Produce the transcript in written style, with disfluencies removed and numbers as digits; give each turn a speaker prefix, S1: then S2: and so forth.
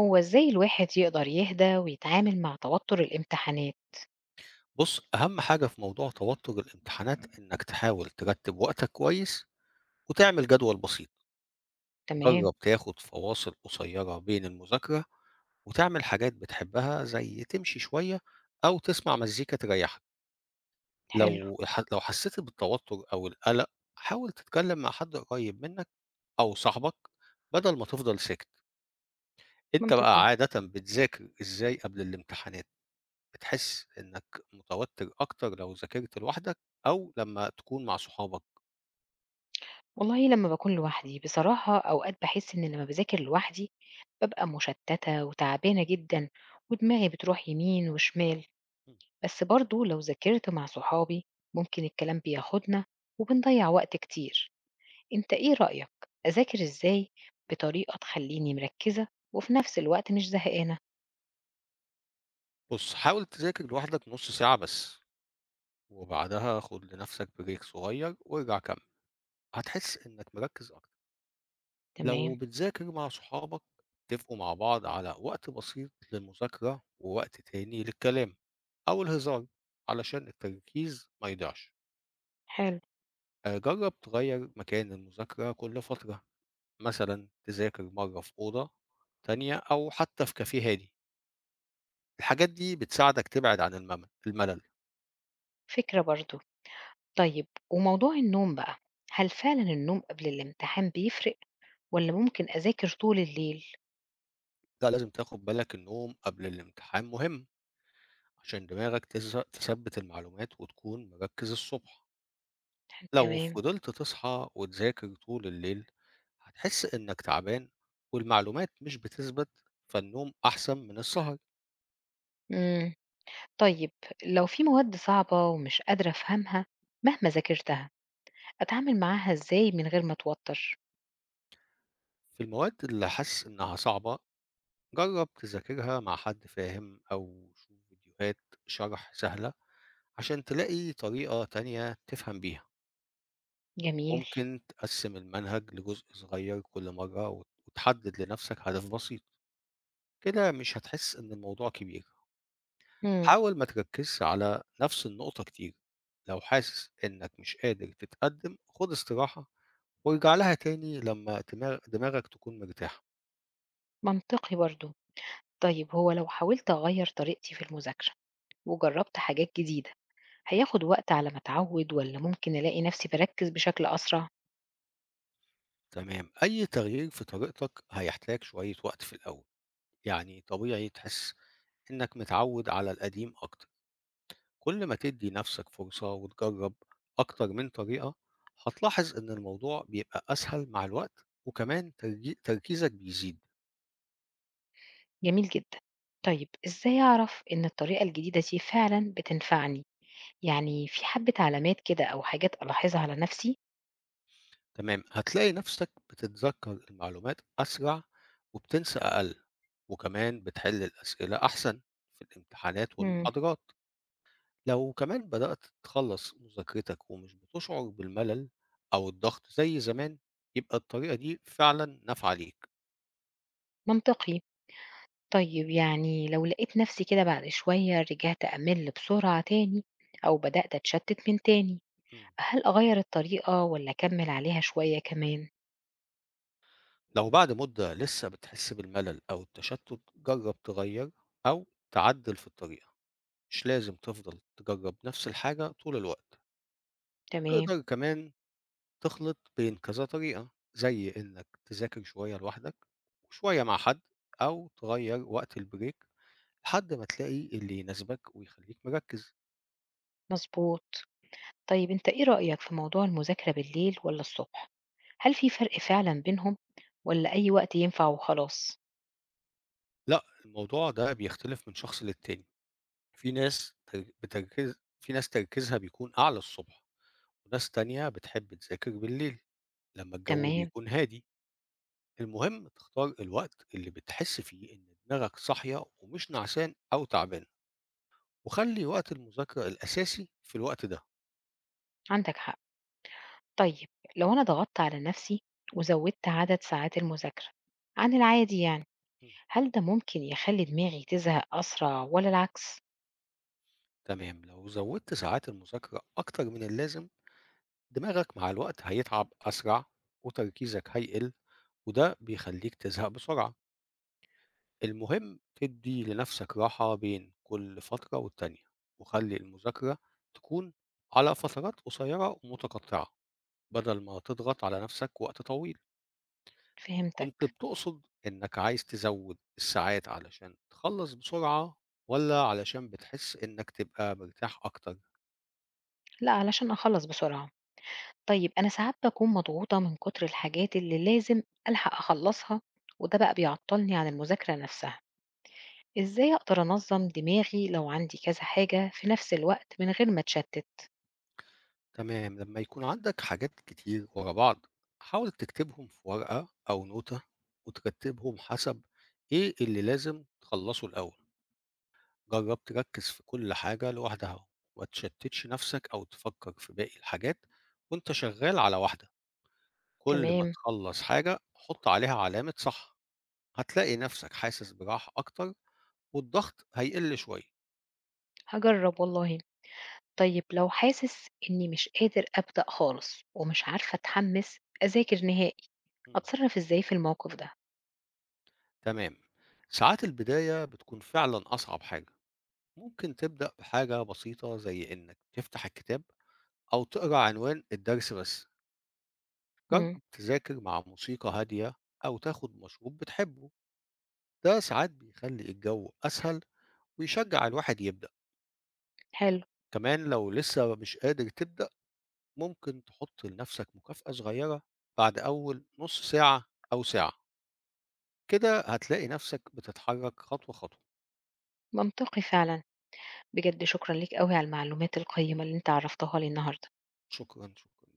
S1: هو إزاي الواحد يقدر يهدى ويتعامل مع توتر الامتحانات؟
S2: بُص، أهم حاجة في موضوع توتر الامتحانات إنك تحاول ترتّب وقتك كويس وتعمل جدول بسيط.
S1: تمام،
S2: جرّب تاخد فواصل قصيّرة بين المذاكرة وتعمل حاجات بتحبها زي تمشي شوية أو تسمع مزيكا تريّحك.
S1: حلو،
S2: لو حسّيت بالتوتر أو القلق، حاول تتكلم مع حد قريّب منك أو صاحبك بدل ما تفضل ساكت. أنت بقى
S1: منطقي.
S2: عادةً بتذاكر إزاي قبل الامتحانات؟ بتحس إنك متوتر أكتر لو ذاكرت لوحدك أو لمّا تكون مع صحابك؟
S1: والله لمّا باكون لوحدي بصراحة أوقات باحس إن لمّا باذاكر لوحدي بابقى مشتتة وتعبانة جدًا ودماغي بتروح يمين وشمال،
S2: إمم.
S1: بس برضه لو ذاكرت مع صحابي ممكن الكلام بياخدنا وبنضيّع وقت كتير. أنت إيه رأيك، أذاكر إزاي بطريقة تخلّيني مركزة وفي نفس الوقت مش زهقانة؟
S2: بُص، حاول تذاكر لوحدك نُص ساعة بس، وبعدها خُد لنفسك break صغير وارجع كمّل، هتحس إنّك مركّز أكتر. لو
S1: تمام،
S2: بتذاكر مع صحابك، اتفقوا مع بعض على وقت بسيط للمذاكرة ووقت تاني للكلام أو الهزار علشان التركيز ما يضيعش.
S1: حلو،
S2: جرّب تغيّر مكان المذاكرة كل فترة، مثلًا تذاكر مرّة في أوضة تانية أو حتّى في كافيه هادي. الحاجات دي بتساعدك تبعد عن الملل.
S1: فكرة برضه. طيب وموضوع النوم بقى، هل فعلًا النوم قبل الامتحان بيفرق والّا ممكن أذاكر طول الليل؟
S2: لا، لازم تاخد بالك، النوم قبل الامتحان مهم عشان دماغك تثبت المعلومات وتكون مركز الصبح. لو
S1: تمام،
S2: فضلت تصحى وتذاكر طول الليل، هتحس انك تعبان والمعلومات مش بتثبت، فالنوم احسن من السهر.
S1: إمم. طيب لو في مواد صعبة ومش قادرة أفهمها مهما ذاكرتها، أتعامل معاها إزاي من غير ما أتوتر؟
S2: في المواد اللي حاسس انها صعبة، جرب تذاكرها مع حد فاهم او شوف فيديوهات شرح سهلة عشان تلاقي طريقة تانية تفهم بيها.
S1: جميل،
S2: ممكن تقسّم المنهج لجزء صغير كل مرة وتحدد لنفسك هدف بسيط، كده مش هتحس إن الموضوع كبير.
S1: إمم،
S2: حاول ما تركزش على نفس النقطة كتير، لو حاسس إنك مش قادر تتقدم خد استراحة وارجع لها تاني لما دماغك تكون مرتاحة.
S1: منطقي برضه. طيب هو لو حاولت أغيّر طريقتي في المذاكرة وجرّبت حاجات جديدة، هياخد وقت على ما أتعوِّد والّا ممكن ألاقي نفسي باركِّز بشكل أسرع؟
S2: تمام، أي تغيير في طريقتك هيحتاج شوية وقت في الأول، يعني طبيعي تحس إنك متعود على القديم أكتر. كل ما تدي نفسك فرصة وتجرب أكتر من طريقة، هتلاحظ إن الموضوع بيبقى أسهل مع الوقت، وكمان تركيزك بيزيد.
S1: جميل جدًا. طيب إزاي أعرف إن الطريقة الجديدة دي فعلًا بتنفعني؟ يعني في حبّة علامات كده أو حاجات ألاحظها على نَفْسي.
S2: تمام، هتلاقي نفسك بتتذكر المعلومات أسرع وبتنسى أقل، وكمان بتحل الأسئلة أحسن في الامتحانات
S1: إمم،
S2: والمحاضرات. لو كمان بدأت تخلص مذاكرتك ومش بتشعر بالملل أو الضغط زي زمان، يبقى الطريقة دي فعلا نافعة ليك.
S1: منطقي. طيب يعني لو لقيت نَفْسي كده بعد شوية رجعت أَمِل بسرعة تاني أو بدأت أتشتّت من تاني، هل أغيّر الطريقة والّا أكمّل عليها شوية كمان؟
S2: لو بعد مدة لسه بتحس بالملل أو التشتت، جرب تغير أو تعدل في الطريقة، مش لازم تفضل تجرب نفس الحاجة طول الوقت.
S1: تمام،
S2: تقدر كمان تخلط بين كذا طريقة، زي إنك تذاكر شوية لوحدك وشوية مع حد، أو تغير وقت البريك لحد ما تلاقي اللي يناسبك ويخليك مركز.
S1: مضبوط. طيب أنت إيه رأيك في موضوع المذاكرة بالليل والّا الصبح؟ هل في فرق فعلًا بينهم والّا أي وقت ينفع وخلاص؟
S2: لا، الموضوع ده بيختلف من شخص للتاني، في ناس بتركز، في ناس تركيزها بيكون أعلى الصبح، وناس تانية بتحب تذاكر بالليل لما الجو
S1: تمام،
S2: بيكون هادي. المهم تختار الوقت اللي بتحس فيه إن دماغك صاحية ومش نعسان أو تعبان، وخلي وقت المذاكرة الأساسي في الوقت ده.
S1: عندك حق. طيب لو أنا ضغطت على نفسي وزودت عدد ساعات المذاكرة عن العادي يعني،
S2: مم.
S1: هل ده ممكن يخلي دماغي تزهق أسرع ولا العكس؟
S2: تمام، لو زودت ساعات المذاكرة أكتر من اللازم، دماغك مع الوقت هيتعب أسرع وتركيزك هيقل، وده بيخليك تزهق بسرعة. المهم تدّي لنفسك راحة بين كل فترة والتانية، وخلّي المذاكرة تكون على فترات قصيرة ومتقطعة، بدل ما تضغط على نفسك وقت طويل.
S1: فهمتك.
S2: كنت بتقصد إنك عايز تزوّد الساعات علشان تخلّص بسرعة والّا علشان بتحس إنك تبقى مرتاح أكتر؟
S1: لا علشان أخلص بسرعة. طيب أنا ساعات بكون مضغوطة من كتر الحاجات اللي لازم ألحق أخلصها وده بقى بيعطلني عن المذاكرة نفسها. إزاي أقدر أنظم دماغي لو عندي كذا حاجة في نفس الوقت من غير ما أتشتت؟
S2: تمام، لمّا يكون عندك حاجات كتير ورا بعض، حاول تكتبهم في ورقة أو نوتة، وترتّبهم حسب إيه اللي لازم تخلّصه الأول. جرّب تركّز في كل حاجة لوحدها وما تشتتش نفسك أو تفكر في باقي الحاجات وأنت شغال على واحدة. كل ما
S1: تمام.
S2: تخلّص حاجة حُط عليها علامة صح، هتلاقي نفسك حاسس براحة أكتر، والضغط هيقِل شوية.
S1: هجرب والله. طيب لو حاسس إني مش قادر أبدأ خالص ومش عارفة أتحمس أذاكر نهائي،
S2: إمم.
S1: أتصرف إزاي في الموقف ده؟
S2: تمام، ساعات البداية بتكون فعلًا أصعب حاجة، ممكن تبدأ بحاجة بسيطة زي إنك تفتح الكتاب أو تقرا عنوان الدرس بس. جرّب
S1: مم.
S2: تذاكر مع موسيقى هادية أو تاخد مشروب بتحبه، ده ساعات بيخلي الجو أسهل ويشجع الواحد يبدأ.
S1: حلو.
S2: كمان لو لسه مش قادر تبدأ، ممكن تحط لنفسك مكافأة صغيرة بعد أول نص ساعة أو ساعة، كده هتلاقي نفسك بتتحرك خطوة خطوة.
S1: منطقي فعلا. بجد شكرا ليك قوي على المعلومات القيمة اللي أنت عرفتها لي النهاردة.
S2: شكرا شكرا.